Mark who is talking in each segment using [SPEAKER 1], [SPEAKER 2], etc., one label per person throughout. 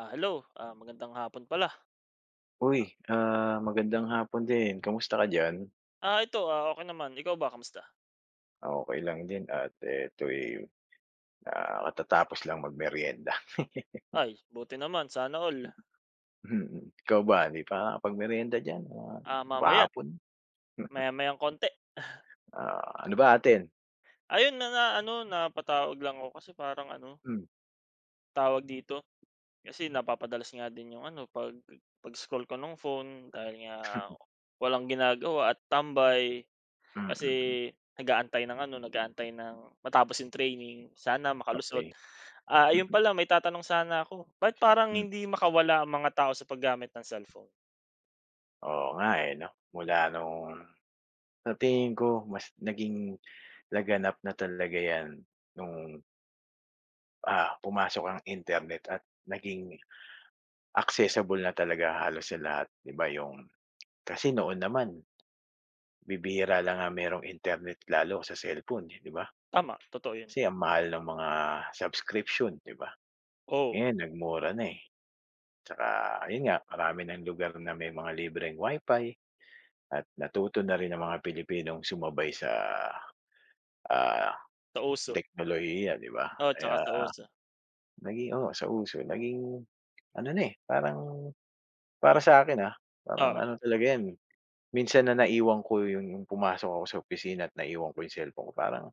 [SPEAKER 1] Ah, hello. Ah, magandang hapon pala.
[SPEAKER 2] Uy, magandang hapon din. Kamusta ka diyan?
[SPEAKER 1] Ah, ito, ah, okey naman. Ikaw ba, kamusta?
[SPEAKER 2] Ako okey lang din at ito'y, katatapos lang magmeryenda.
[SPEAKER 1] Ay, buti naman, sana all.
[SPEAKER 2] Mm. Ikaw ba, hindi pa nakakapagmeryenda diyan,
[SPEAKER 1] Mm. Mamaya,
[SPEAKER 2] pahapon?
[SPEAKER 1] maya-mayang konti.
[SPEAKER 2] Ah, ano ba atin?
[SPEAKER 1] Ayun na na ano, napatawag lang ako kasi parang ano,
[SPEAKER 2] Hmm,
[SPEAKER 1] tawag dito, kasi napapadalas nga din yung ano, 'pag pag-scroll ko ng phone dahil nga walang ginagawa at tambay. Kasi
[SPEAKER 2] mm,
[SPEAKER 1] nag-aantay ng ano, nag-aantay ng matapos yung training, sana makalusot.
[SPEAKER 2] okey.
[SPEAKER 1] Ah,
[SPEAKER 2] Mm,
[SPEAKER 1] ayun pala, may tatanong sana ako. Ba't parang
[SPEAKER 2] hmm.
[SPEAKER 1] hindi makawala ang mga tao sa paggamit ng cellphone?
[SPEAKER 2] Oo nga, eh, 'no? Mula nung sa tingin ko mas naging laganap na talaga 'yan nung, pumasok ang internet at naging accessible na talaga halos sa lahat, 'di ba, yung. Kasi noon naman, bibihira lang nga merong internet lalo sa cellphone, eh, 'di ba?
[SPEAKER 1] Tama, totoo 'yun.
[SPEAKER 2] Kasi ang mahal ng mga subscription, 'di ba?
[SPEAKER 1] Oo,
[SPEAKER 2] Ngayon nagmura na, eh. Tsaka ayun nga, marami ng lugar na may mga libreng wifi at natuto na rin ang mga Pilipinong sumabay sa, ah,
[SPEAKER 1] sa uso.
[SPEAKER 2] teknolohiya, 'di ba?
[SPEAKER 1] Oo, tsaka
[SPEAKER 2] Kaya
[SPEAKER 1] sa uso.
[SPEAKER 2] naging oo, sa uso, naging ano na, eh, parang para sa akin parang
[SPEAKER 1] Oo.
[SPEAKER 2] ano talaga 'yan, minsan na naiwan ko yung pumasok ako sa opisina at naiwan ko yung cellphone ko, parang.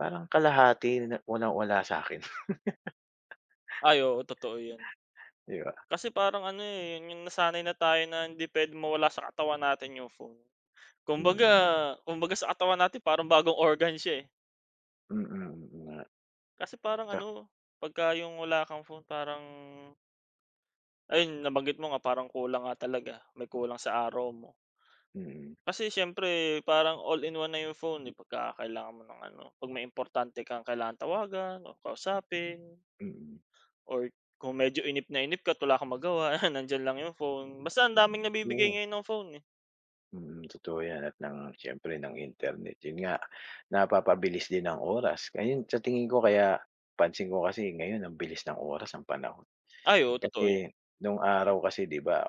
[SPEAKER 2] Parang kalahati na walang-wala sa'kin,
[SPEAKER 1] Ay, oo, totoo 'yun.
[SPEAKER 2] 'di ba?
[SPEAKER 1] Kasi parang ano, eh, 'yun yung nasanay na tayo na hindi puwedeng mawala sa katawan natin yung phone. Kumbaga
[SPEAKER 2] Mm,
[SPEAKER 1] kumbaga sa katawan natin parang bagong organ siya, eh.
[SPEAKER 2] mm, oo nga,
[SPEAKER 1] Kasi parang
[SPEAKER 2] tsak
[SPEAKER 1] ano, pagka yung wala kang phone parang ayun, nabanggit mo nga parang kulang nga talaga, may kulang sa araw mo.
[SPEAKER 2] mm,
[SPEAKER 1] Kasi siyempre parang all in one na yung phone, eh, pagka kailangan mo ng ano, 'pag may importante kang kailangan tawagan o kausapin.
[SPEAKER 2] mm.
[SPEAKER 1] Or kung medyo inip na inip ka at wala kang magawa, nandiyan lang yung phone. Basta ang daming nabibigay
[SPEAKER 2] Oo,
[SPEAKER 1] ngayon ng phone, eh.
[SPEAKER 2] totoo 'yan at ng siyempre ng internet, 'yun nga, napapabilis din ang oras. Ayun, sa tingin ko kaya pansin ko kasi ngayon ang bilis ng oras, ng panahon.
[SPEAKER 1] Ay, oo, totoo yan.
[SPEAKER 2] Kasi nung araw kasi 'di ba,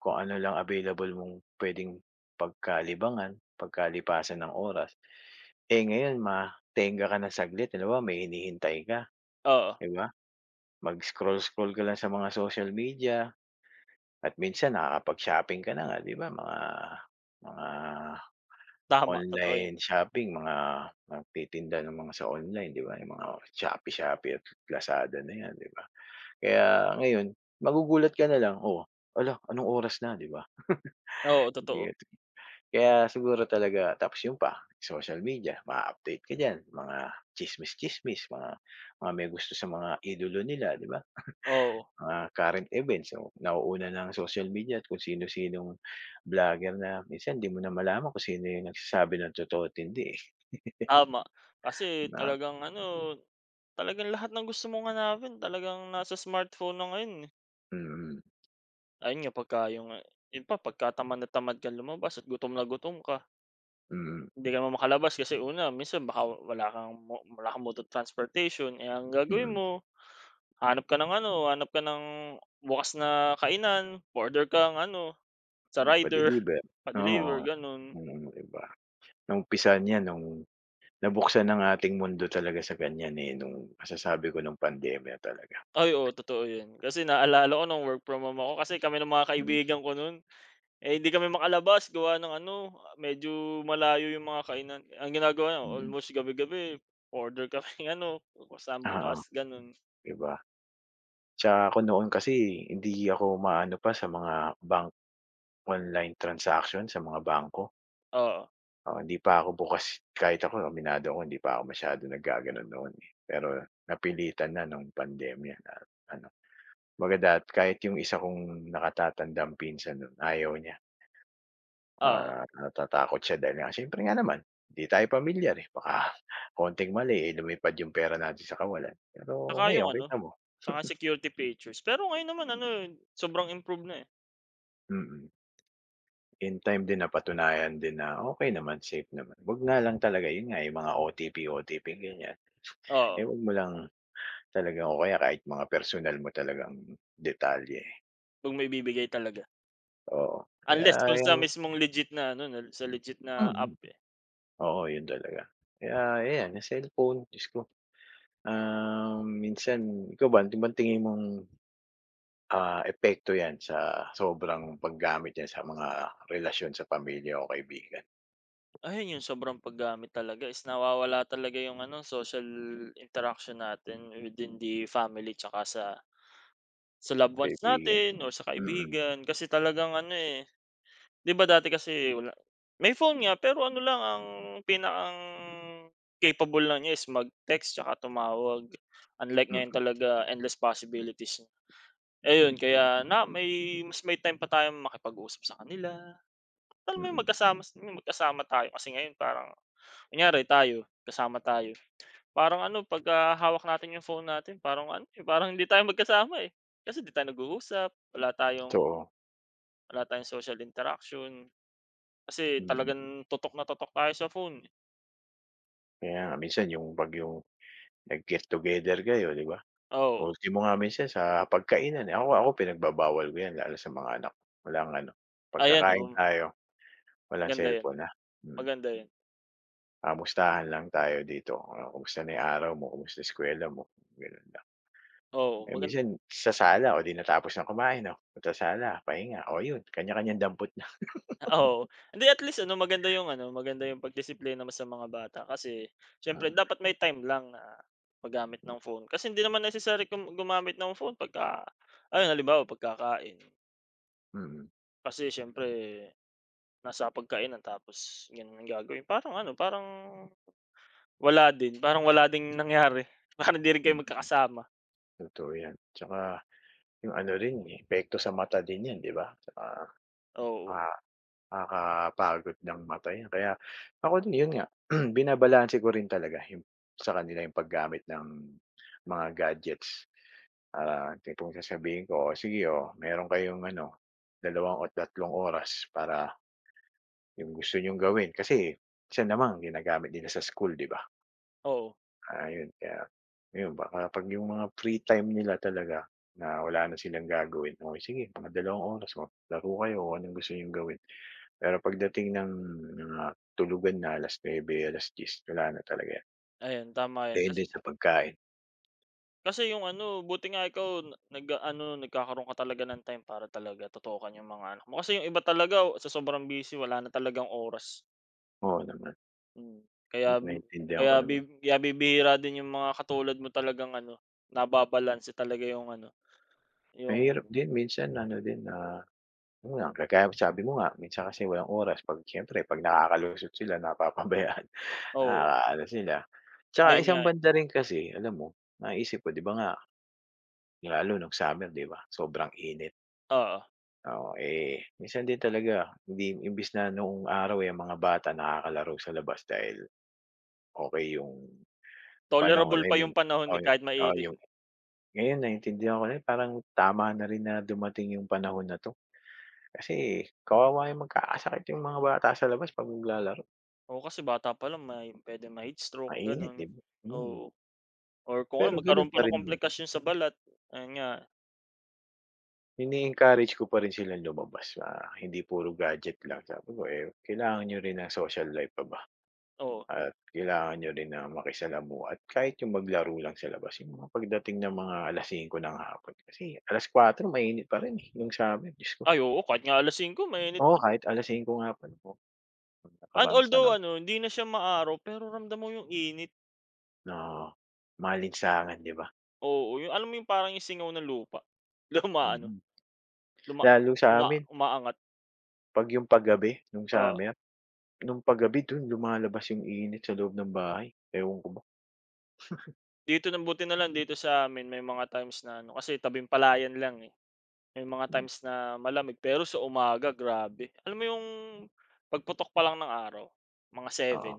[SPEAKER 2] kung ano lang available mong puwedeng pagkalibangan, pagkalipasan ng oras. Eh, ngayon matenga ka ng saglit, halimbawa may hinihintay ka,
[SPEAKER 1] Oo,
[SPEAKER 2] 'di ba? Mag-scroll-scroll ka lang sa mga social media at minsan nakakapag-shopping ka na nga 'di ba mga
[SPEAKER 1] tama, totoo yan.
[SPEAKER 2] online shopping, mga nagtitinda ng mga sa online 'di ba, yung mga Shopee, Shopee at Lazada na 'yan, 'di ba. Kaya ngayon magugulat ka na lang, "Oh, hala, anong oras na?" 'di ba?
[SPEAKER 1] Oo,
[SPEAKER 2] Hindi,
[SPEAKER 1] totoo.
[SPEAKER 2] at kaya siguro talaga tapos yung pa social media ma-update ka diyan, mga tsismis-tsismis, mga may gusto sa mga idolo nila, 'di ba?
[SPEAKER 1] Oo,
[SPEAKER 2] Mga current events, yung nauuna ng social media at kung sino-sinong vlogger na minsan di mo na malaman kung sino yung nagsasabi ng totoo at hindi, eh,
[SPEAKER 1] tama. Kasi
[SPEAKER 2] na
[SPEAKER 1] talagang ano, talagang lahat ng gusto mong hanapin talagang nasa smartphone na ngayon, eh.
[SPEAKER 2] mm,
[SPEAKER 1] Ayun nga, pagka yung yun pa, pagka tamad na tamad ka lumabas at gutom na gutom ka,
[SPEAKER 2] mm,
[SPEAKER 1] hindi ka na makalabas kasi una, minsan baka wala kang mode of transportation, eh, ang gagawin
[SPEAKER 2] mm,
[SPEAKER 1] mo. Hanap ka ng ano, hanap ka ng bukas na kainan, order ka ng ano, sa
[SPEAKER 2] yung
[SPEAKER 1] rider,
[SPEAKER 2] pa-deliver,
[SPEAKER 1] pa-deliver
[SPEAKER 2] oo.
[SPEAKER 1] gano'n.
[SPEAKER 2] Mm, iba. Naumpisa niyan nung nabuksan ng ating mundo talaga sa kanya, eh, nung masasabi ko nung pandemya talaga.
[SPEAKER 1] Ay, oo totoo 'yun. Kasi naalala ko nung work from home ako kasi kami ng mga
[SPEAKER 2] Hmm,
[SPEAKER 1] kaibigan ko no'n, eh, hindi kami makalabas gawa ng ano, medyo malayo yung mga kainan. Ang ginagawa na
[SPEAKER 2] mm.
[SPEAKER 1] almost gabi-gabi order kami, ng ano,
[SPEAKER 2] Oo,
[SPEAKER 1] sambukas gano'n.
[SPEAKER 2] di. Tsaka ako noon kasi hindi ako maano pa sa mga bank online transaction sa mga bangko.
[SPEAKER 1] Oo,
[SPEAKER 2] Oo, hindi pa ako bukas, kahit ako, aminado ako hindi pa ako masyado naggaganon noon, eh. Pero napilitan na nung pandemya na ano, maganda at kahit yung isa kong nakatatandang pinsan nun ayaw niya,
[SPEAKER 1] oo.
[SPEAKER 2] natatakot siya dahil nga siyempre nga naman hindi tayo pamilyar, eh, baka konting mali, eh, lumipad yung pera natin sa kawalan.
[SPEAKER 1] 'Tsaka
[SPEAKER 2] Pero
[SPEAKER 1] yung
[SPEAKER 2] ngayon
[SPEAKER 1] ano,
[SPEAKER 2] kita mo
[SPEAKER 1] 'tsaka security features. Pero ngayon naman ano, sobrang improve na, eh.
[SPEAKER 2] mm, in time din napatunayan din na okey naman, safe naman. 'Wag nga lang talaga, yun nga, yung mga OTP, OTP ganyan, eh,
[SPEAKER 1] Oo,
[SPEAKER 2] 'wag mo lang talaga, o kaya kahit mga personal mo talagang detalye,
[SPEAKER 1] 'pag may bibigay talaga.
[SPEAKER 2] oo. Kaya
[SPEAKER 1] Unless kung
[SPEAKER 2] yung
[SPEAKER 1] sa mismong legit na ano, na sa legit na
[SPEAKER 2] mm,
[SPEAKER 1] app, eh.
[SPEAKER 2] oo yun talaga. Kaya ayan yung cellphone, Diyos ko, minsan ikaw ba, ano bang tingin mong, epekto yan sa sobrang paggamit niyan sa mga relasyon sa pamilya o kaibigan
[SPEAKER 1] Ayun yung sobrang paggamit talaga is nawawala talaga yung ano, social interaction natin within the family tsaka sa loved ones
[SPEAKER 2] kaibigan?
[SPEAKER 1] natin or sa
[SPEAKER 2] Mm,
[SPEAKER 1] kaibigan. Kasi talagang ano, eh, 'di ba dati kasi wala, may phone nga pero ano lang ang pinakang capable lang niya is mag-text tsaka tumawag. Unlike ngayon
[SPEAKER 2] mm,
[SPEAKER 1] talaga endless possibilities na. Ayun, kaya na may mas may time pa tayong makipag-usap sa kanila. Alam
[SPEAKER 2] mm,
[SPEAKER 1] mo yung
[SPEAKER 2] mm.
[SPEAKER 1] magkasama tayo kasi ngayon parang kunyari tayo, kasama tayo. Parang ano pagka hawak natin yung phone natin parang ano, eh, parang hindi tayo magkasama, eh. Kasi di tayo nag-uusap, wala tayong
[SPEAKER 2] Totoo,
[SPEAKER 1] wala tayong social interaction, kasi
[SPEAKER 2] mm.
[SPEAKER 1] talagang totok na totok tayo sa phone, oh.
[SPEAKER 2] Kaya nga minsan yung 'pag yung nag-get together kayo, 'di ba?
[SPEAKER 1] Oo,
[SPEAKER 2] Ultimo nga minsan sa pagkainan, eh, ako ako pinagbabawal ko 'yan lalo sa mga anak ko, walang ano, 'pag
[SPEAKER 1] ayan,
[SPEAKER 2] kakain
[SPEAKER 1] oh,
[SPEAKER 2] tayo walang
[SPEAKER 1] maganda 'yan,
[SPEAKER 2] cellphone, ha. Mm,
[SPEAKER 1] maganda 'yan.
[SPEAKER 2] kamustahan lang tayo dito, kumusta na 'yung araw mo, kumusta eskuwela mo, gano'n lang.
[SPEAKER 1] Oh
[SPEAKER 2] Eh,
[SPEAKER 1] magan.
[SPEAKER 2] minsan sa sala o 'di natapos ng kumain, oh, punta sala, pahinga, o 'yun kanya-kanyang dampot na.
[SPEAKER 1] Oo, hindi at least ano, maganda yung pagdisiplina mo sa mga bata kasi siyempre dapat may time lang na paggamit ng phone. Kasi hindi naman necessary gumamit ng phone pagka ayun halimbawa pagkakain.
[SPEAKER 2] Mm,
[SPEAKER 1] Kasi siyempre nasa pagkainan tapos ganun ang gagawin. Parang ano, parang wala din, parang wala ding nangyari. Parang hindi rin
[SPEAKER 2] mm,
[SPEAKER 1] kayo
[SPEAKER 2] mm,
[SPEAKER 1] magkakasama.
[SPEAKER 2] totoo 'yan. Tsaka 'yung ano rin, eh, epekto sa mata din 'yan, 'di ba? Tsaka
[SPEAKER 1] Oo,
[SPEAKER 2] Naka nakakapagod ng mata 'yan, kaya ako din 'yun nga, binabalanse ko rin talaga yung sa kanila yung paggamit ng mga gadgets. Ah, tipong sasabihin ko, "O sige, oh, meron kayong ano, 2 o 3 oras para yung gusto niyong gawin." Kasi minsan naman ginagamit nila sa school, 'di ba?
[SPEAKER 1] oo.
[SPEAKER 2] Ah, kaya ayun baka 'pag yung mga free time nila talaga na wala na silang gagawin, "O sige, mga 2 oras maglaro kayo o anong gusto niyong gawin." Pero pagdating ng mga tulugan na 9:00, 10:00 wala na talaga 'yan.
[SPEAKER 1] Ayan, tama yan.
[SPEAKER 2] Dahil din sa pagkain.
[SPEAKER 1] Kasi yung ano, buti nga ikaw n- nag ano nagkakaroon ka talaga ng time para talaga tutukan yung mga anak mo. Kasi yung iba talaga o, sa sobrang busy wala na talagang oras.
[SPEAKER 2] Oo naman,
[SPEAKER 1] Hmm, kaya
[SPEAKER 2] naiintindihan
[SPEAKER 1] kaya
[SPEAKER 2] ko
[SPEAKER 1] bi
[SPEAKER 2] naman.
[SPEAKER 1] kaya bibihira din yung mga katulad mo talagang ano, nababalanse talaga yung ano,
[SPEAKER 2] Mahirap
[SPEAKER 1] yung.
[SPEAKER 2] din minsan ano din na, yun nga, kagaya sabi mo nga, minsan kasi walang oras, 'pag siyempre 'pag nakakalusot sila napapabayaan,
[SPEAKER 1] Oh
[SPEAKER 2] nakakaano sila. Tsaka
[SPEAKER 1] ayun nga,
[SPEAKER 2] isang
[SPEAKER 1] eh,
[SPEAKER 2] banda rin kasi alam mo, naisip ko 'di ba nga lalo nung summer, 'di ba, sobrang init.
[SPEAKER 1] oo.
[SPEAKER 2] Oo, eh, minsan din talaga hindi, imbis na noong araw, eh, ang mga bata nakakalaro sa labas dahil okey yung panahon
[SPEAKER 1] Tolerable
[SPEAKER 2] ay
[SPEAKER 1] pa
[SPEAKER 2] may
[SPEAKER 1] yung panahon,
[SPEAKER 2] oo,
[SPEAKER 1] eh, kahit
[SPEAKER 2] oo,
[SPEAKER 1] mainit.
[SPEAKER 2] yung ngayon naintindihan ko na parang tama na rin na dumating yung panahon na 'to. Kasi kawawa yung magkakasakit yung mga bata sa labas 'pag naglalaro,
[SPEAKER 1] Oo, kasi bata pa lang may pwede ma-heat stroke
[SPEAKER 2] mainit,
[SPEAKER 1] gano'n,
[SPEAKER 2] 'di ba? Mm,
[SPEAKER 1] oo. Or kung
[SPEAKER 2] pero
[SPEAKER 1] ano
[SPEAKER 2] gano'n
[SPEAKER 1] magkaroon pa
[SPEAKER 2] pa
[SPEAKER 1] ng
[SPEAKER 2] rin naman,
[SPEAKER 1] komplikasyon sa balat, ayun nga,
[SPEAKER 2] ini-encourage ko pa rin silang lumabas na hindi puro gadget lang. Sabi ko, eh, kailangan niyo rin ng social life pa ba,
[SPEAKER 1] oo.
[SPEAKER 2] at kailangan niyo rin na makisalamuha, at kahit yung maglaro lang sa labas, yung mga pagdating ng mga 5:00 ng hapon. Kasi 4:00 mainit pa rin, eh, nung summer, Diyos ko.
[SPEAKER 1] Ay oo, kahit nga 5:00 mainit
[SPEAKER 2] Oo,
[SPEAKER 1] pa din.
[SPEAKER 2] kahit 5:00 nga pala po nung
[SPEAKER 1] And
[SPEAKER 2] nakaraan
[SPEAKER 1] although
[SPEAKER 2] sa'min
[SPEAKER 1] ano, hindi na siya maaraw pero ramdam mo yung init,
[SPEAKER 2] na malinsangan, 'di ba?
[SPEAKER 1] oo, yung alam mo yung parang yung singaw ng lupa, luma-ano,
[SPEAKER 2] Mm.
[SPEAKER 1] luma
[SPEAKER 2] Lalo
[SPEAKER 1] uma
[SPEAKER 2] sa'min
[SPEAKER 1] umaangat,
[SPEAKER 2] 'pag yung paggabi nung
[SPEAKER 1] oo.
[SPEAKER 2] summer, nung paggabi dun lumalabas yung init sa loob ng bahay, ewan ko ba.
[SPEAKER 1] Dito na buti na lang dito sa amin may mga times na ano, kasi tabing palayan lang, eh, may mga
[SPEAKER 2] Hmm,
[SPEAKER 1] times na malamig pero sa umaga grabe. Alam mo yung pagputok pa lang ng araw, mga
[SPEAKER 2] oo,
[SPEAKER 1] seven.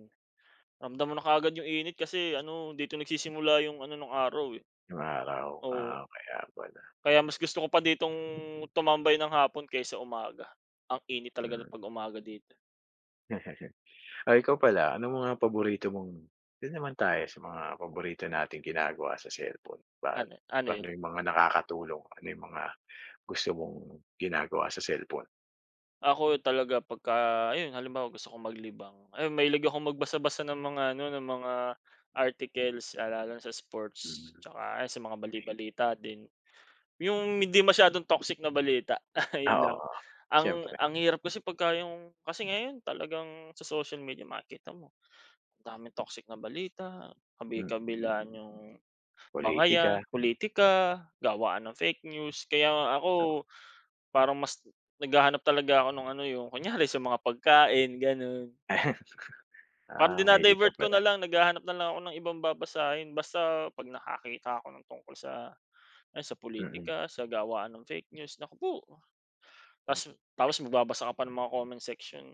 [SPEAKER 1] Ramdam mo na kaagad yung init kasi ano, dito nagsisimula yung ano ng araw, eh,
[SPEAKER 2] yung araw,
[SPEAKER 1] oo.
[SPEAKER 2] kaya pala,
[SPEAKER 1] Kaya mas gusto ko pa ditong tumambay ng hapon kaysa umaga. Ang init talaga
[SPEAKER 2] hmm.
[SPEAKER 1] ng 'pag umaga dito.
[SPEAKER 2] Oh, ikaw pala, anong mga paborito mong dun naman tayo sa mga paborito nating ginagawa sa cellphone, ba,
[SPEAKER 1] Ano ano
[SPEAKER 2] ano
[SPEAKER 1] 'yun,
[SPEAKER 2] yung mga nakakatulong, ano yung mga gusto mong ginagawa sa cellphone?
[SPEAKER 1] ako talaga pagka ayun halimbawa gusto kong maglibang, ayun mahilig akong magbasa-basa ng mga ano, ng mga articles, ah, lalo na sa sports,
[SPEAKER 2] Mm.
[SPEAKER 1] tsaka ayun, sa mga bali-balita din. Yung hindi masyadong toxic na balita,
[SPEAKER 2] Ah,
[SPEAKER 1] ayun lang.
[SPEAKER 2] oo.
[SPEAKER 1] Ang
[SPEAKER 2] Siyempre,
[SPEAKER 1] ang hirap kasi pagka yung kasi ngayon talagang sa social media makikita mo, ang daming toxic na balita,
[SPEAKER 2] hmm,
[SPEAKER 1] kabi-kabilaan yung.
[SPEAKER 2] pulitika,
[SPEAKER 1] Bangayan, politika, gawaan ng fake news. Kaya
[SPEAKER 2] ito.
[SPEAKER 1] ako parang mas naghahanap talaga ako ng ano, yung kunyari sa mga pagkain gano'n. Parang
[SPEAKER 2] Ah,
[SPEAKER 1] dina
[SPEAKER 2] mahilig ka
[SPEAKER 1] ko
[SPEAKER 2] pala,
[SPEAKER 1] na lang, naghahanap na lang ako ng ibang babasahin basta 'pag nakakita ako ng tungkol sa ayan sa
[SPEAKER 2] mm,
[SPEAKER 1] politika, sa gawaan ng fake news, naku po.
[SPEAKER 2] hmm,
[SPEAKER 1] Ta's tapos magbabasa ka pa ng mga comment section.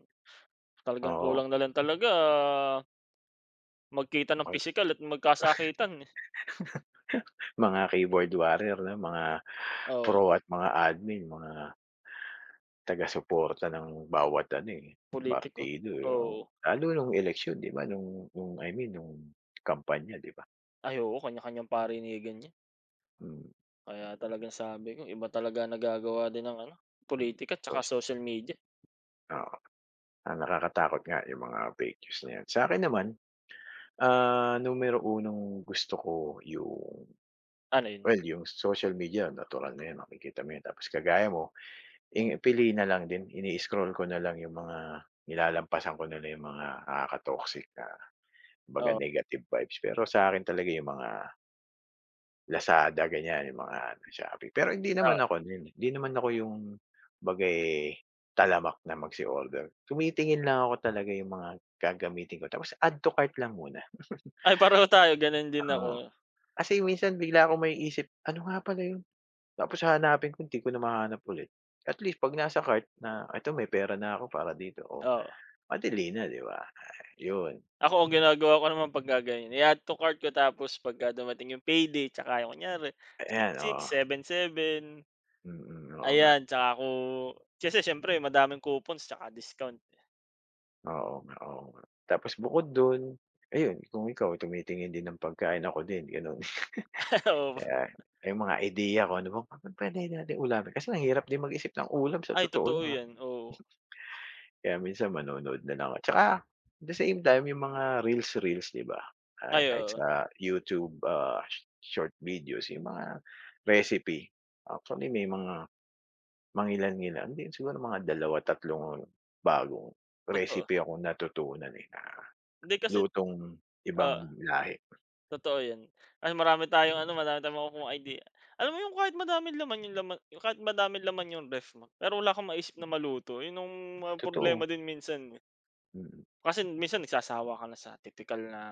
[SPEAKER 1] Talagang
[SPEAKER 2] oo.
[SPEAKER 1] kulang na lang talaga magkita ng
[SPEAKER 2] Mag
[SPEAKER 1] physical at magkasakitan, eh.
[SPEAKER 2] mga keyboard warrior 'no, mga
[SPEAKER 1] Oo,
[SPEAKER 2] pro at mga admin, mga taga-suporta ng bawat ano, eh,
[SPEAKER 1] pulitiko.
[SPEAKER 2] partido, eh, oo.
[SPEAKER 1] Oo.
[SPEAKER 2] Lalo nung eleksyon, 'di ba, nung I mean nung kampanya, 'di ba?
[SPEAKER 1] Ay kanya-kanyang parinigan 'yan.
[SPEAKER 2] Hmm,
[SPEAKER 1] Kaya talagang sabi ko iba talaga nagagawa din ng ano, pulitika tsaka
[SPEAKER 2] tapos
[SPEAKER 1] social media.
[SPEAKER 2] oo, ang nakakatakot nga yung mga fake news na 'yan. Sa'kin naman, numero 1 gusto ko yung.
[SPEAKER 1] Ano yun?
[SPEAKER 2] Well, yung social media natural na 'yan, makikita mo 'yan. Tapos kagaya mo, eh, piliin na lang din, ini-scroll ko na lang yung mga nilalampasan ko na lang yung mga nakaka-toxic na, baga
[SPEAKER 1] Oo,
[SPEAKER 2] negative vibes. Pero sa akin talaga yung mga Lazada, ganyan, yung mga ano, Shopee. Pero hindi
[SPEAKER 1] oo.
[SPEAKER 2] naman ako ano, eh, hindi naman ako yung bagay talamak na magsi-order. Tumitingin lang ako talaga yung mga gagamitin ko, tapos add to cart lang muna.
[SPEAKER 1] Ay pareho tayo ganun din ako,
[SPEAKER 2] Oo, kasi minsan bigla akong maiisip, "Ano nga pala yun?" Tapos hahanapin ko, hindi ko na mahanap ulit. At least 'pag nasa cart na, "Eto may pera na ako para dito, oh."
[SPEAKER 1] oo.
[SPEAKER 2] Madali na, 'di ba? Yun,
[SPEAKER 1] Ako ang ginagawa ko naman pagka ganyan, i-add to cart ko tapos pagka dumating yung payday tsaka yung kunyari
[SPEAKER 2] ayan,
[SPEAKER 1] 6.6,
[SPEAKER 2] oo.
[SPEAKER 1] 7.7,
[SPEAKER 2] Mm, oo nga,
[SPEAKER 1] ayan tsaka ako kasi siyempre madaming coupons tsaka discount.
[SPEAKER 2] oo nga, oo nga. Tapos bukod dun, ayun kung ikaw tumitingin din ng pagkain, ako din ganun.
[SPEAKER 1] Oo,
[SPEAKER 2] Kaya yung mga idea kung ano bang pwede nating ulamin, kasi ang hirap din mag-isip ng ulam sa
[SPEAKER 1] ay
[SPEAKER 2] totoo
[SPEAKER 1] totoo
[SPEAKER 2] lang.
[SPEAKER 1] yan, oo.
[SPEAKER 2] Kaya minsan manonood na lang ako. Tsaka at the same time yung mga reels, reels, 'di ba? Ah,
[SPEAKER 1] Ay
[SPEAKER 2] kahit
[SPEAKER 1] oo,
[SPEAKER 2] sa YouTube, short videos yung mga recipe. Actually may mga mangilan-ngilan din siguro mga dalawa tatlong bagong
[SPEAKER 1] totoo.
[SPEAKER 2] recipe akong natutunan, eh, na
[SPEAKER 1] Hindi kasi
[SPEAKER 2] lutong
[SPEAKER 1] oo.
[SPEAKER 2] ibang lahi.
[SPEAKER 1] Totoo 'yan. Mas marami tayong ano, marami tayong makukuhang idea. Alam mo yung kahit madaming laman yung kahit madaming laman yung ref mo, pero wala kang maisip na maluto, yun ang mga problema
[SPEAKER 2] Totoo,
[SPEAKER 1] din minsan, eh.
[SPEAKER 2] mm.
[SPEAKER 1] Kasi minsan nagsasawa ka na sa tipikal na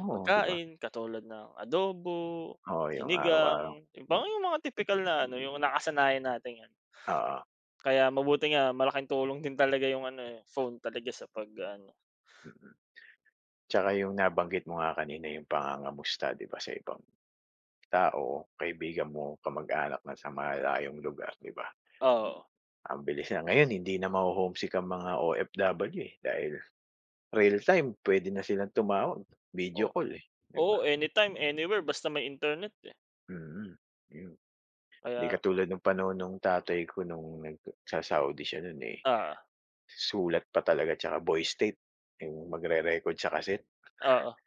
[SPEAKER 2] Oo, 'di ba?
[SPEAKER 1] pagkain katulad ng adobo,
[SPEAKER 2] Oo, yung
[SPEAKER 1] sinigang,
[SPEAKER 2] araw-araw
[SPEAKER 1] yung
[SPEAKER 2] mm,
[SPEAKER 1] parang yung mga tipikal na ano, yung nakasanayan nating ano.
[SPEAKER 2] oo,
[SPEAKER 1] Kaya mabuti nga malaking tulong din talaga yung ano, eh, phone talaga sa pag-aano.
[SPEAKER 2] mm. Tsaka yung nabanggit mo nga kanina yung pangangamusta, 'di ba, sa ibang tao, kaibigan mo, kamag-anak na sa malayong lugar, 'di ba?
[SPEAKER 1] Oo,
[SPEAKER 2] Ang bilis na ngayon, hindi na maho-homesick ang mga OFW, eh, dahil real time pwede na silang tumawag,
[SPEAKER 1] o
[SPEAKER 2] video call, eh, 'di
[SPEAKER 1] oo,
[SPEAKER 2] ba?
[SPEAKER 1] anytime, anywhere basta may internet, eh.
[SPEAKER 2] Mm, yun. 'Di
[SPEAKER 1] Kaya
[SPEAKER 2] katulad nung panahon nung tatay ko nung nagsa-Saudi siya nun, eh,
[SPEAKER 1] oo,
[SPEAKER 2] sulat pa talaga tsaka voice tape, yung magre-record sa kaset.
[SPEAKER 1] oo.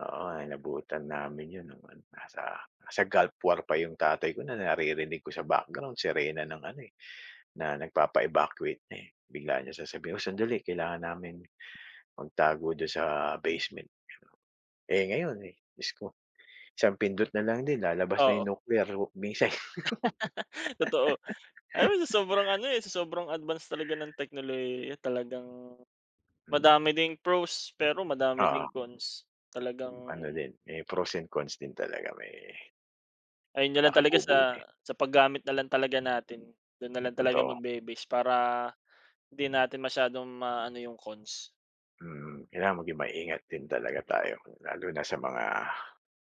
[SPEAKER 2] Oo, inabutan namin yun nung ano, nasa nasa Gulf War pa yung tatay ko, na naririnig ko sa background sirena ng ano, eh. Na nagpapa-evacuate na, eh, bigla niya sasabihin, "Oh, sandali, kailangan namin magtago dun sa basement." Eh, ngayon, eh, Diyos ko, isang pindot na lang din lalabas na
[SPEAKER 1] Oo,
[SPEAKER 2] yung nuclear missile.
[SPEAKER 1] totoo. Alam mo sa sobrang ano, eh, sa sobrang advance talaga ng teknolohiya talagang
[SPEAKER 2] Mm,
[SPEAKER 1] madami ding pros, pero madami
[SPEAKER 2] oo,
[SPEAKER 1] ding cons. Talagang
[SPEAKER 2] ano din, may pros and cons din talaga, may
[SPEAKER 1] ayun na lang talaga
[SPEAKER 2] nakabubuti,
[SPEAKER 1] sa paggamit na lang talaga natin. Dun na lang talaga
[SPEAKER 2] totoo.
[SPEAKER 1] magbe-base para hindi natin masyadong maano yung cons.
[SPEAKER 2] Mm, kailangan maging maingat din talaga tayo lalo na sa mga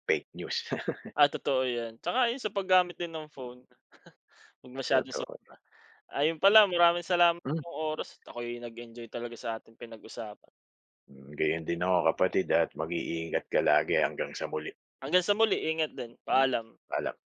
[SPEAKER 2] fake news.
[SPEAKER 1] Ah, totoo 'yan. Tsaka yun sa paggamit din ng phone, 'wag masyadong so
[SPEAKER 2] Totoo yan.
[SPEAKER 1] ayun pala maraming salamat yung oras at ako'y nag-enjoy talaga sa ating pinag-usapan.
[SPEAKER 2] Hmm, gayon din ako kapatid, at mag-iingat ka lagi hanggang sa muli.
[SPEAKER 1] Hanggang sa muli, ingat din.
[SPEAKER 2] Hmm,
[SPEAKER 1] Paalam.
[SPEAKER 2] paalam.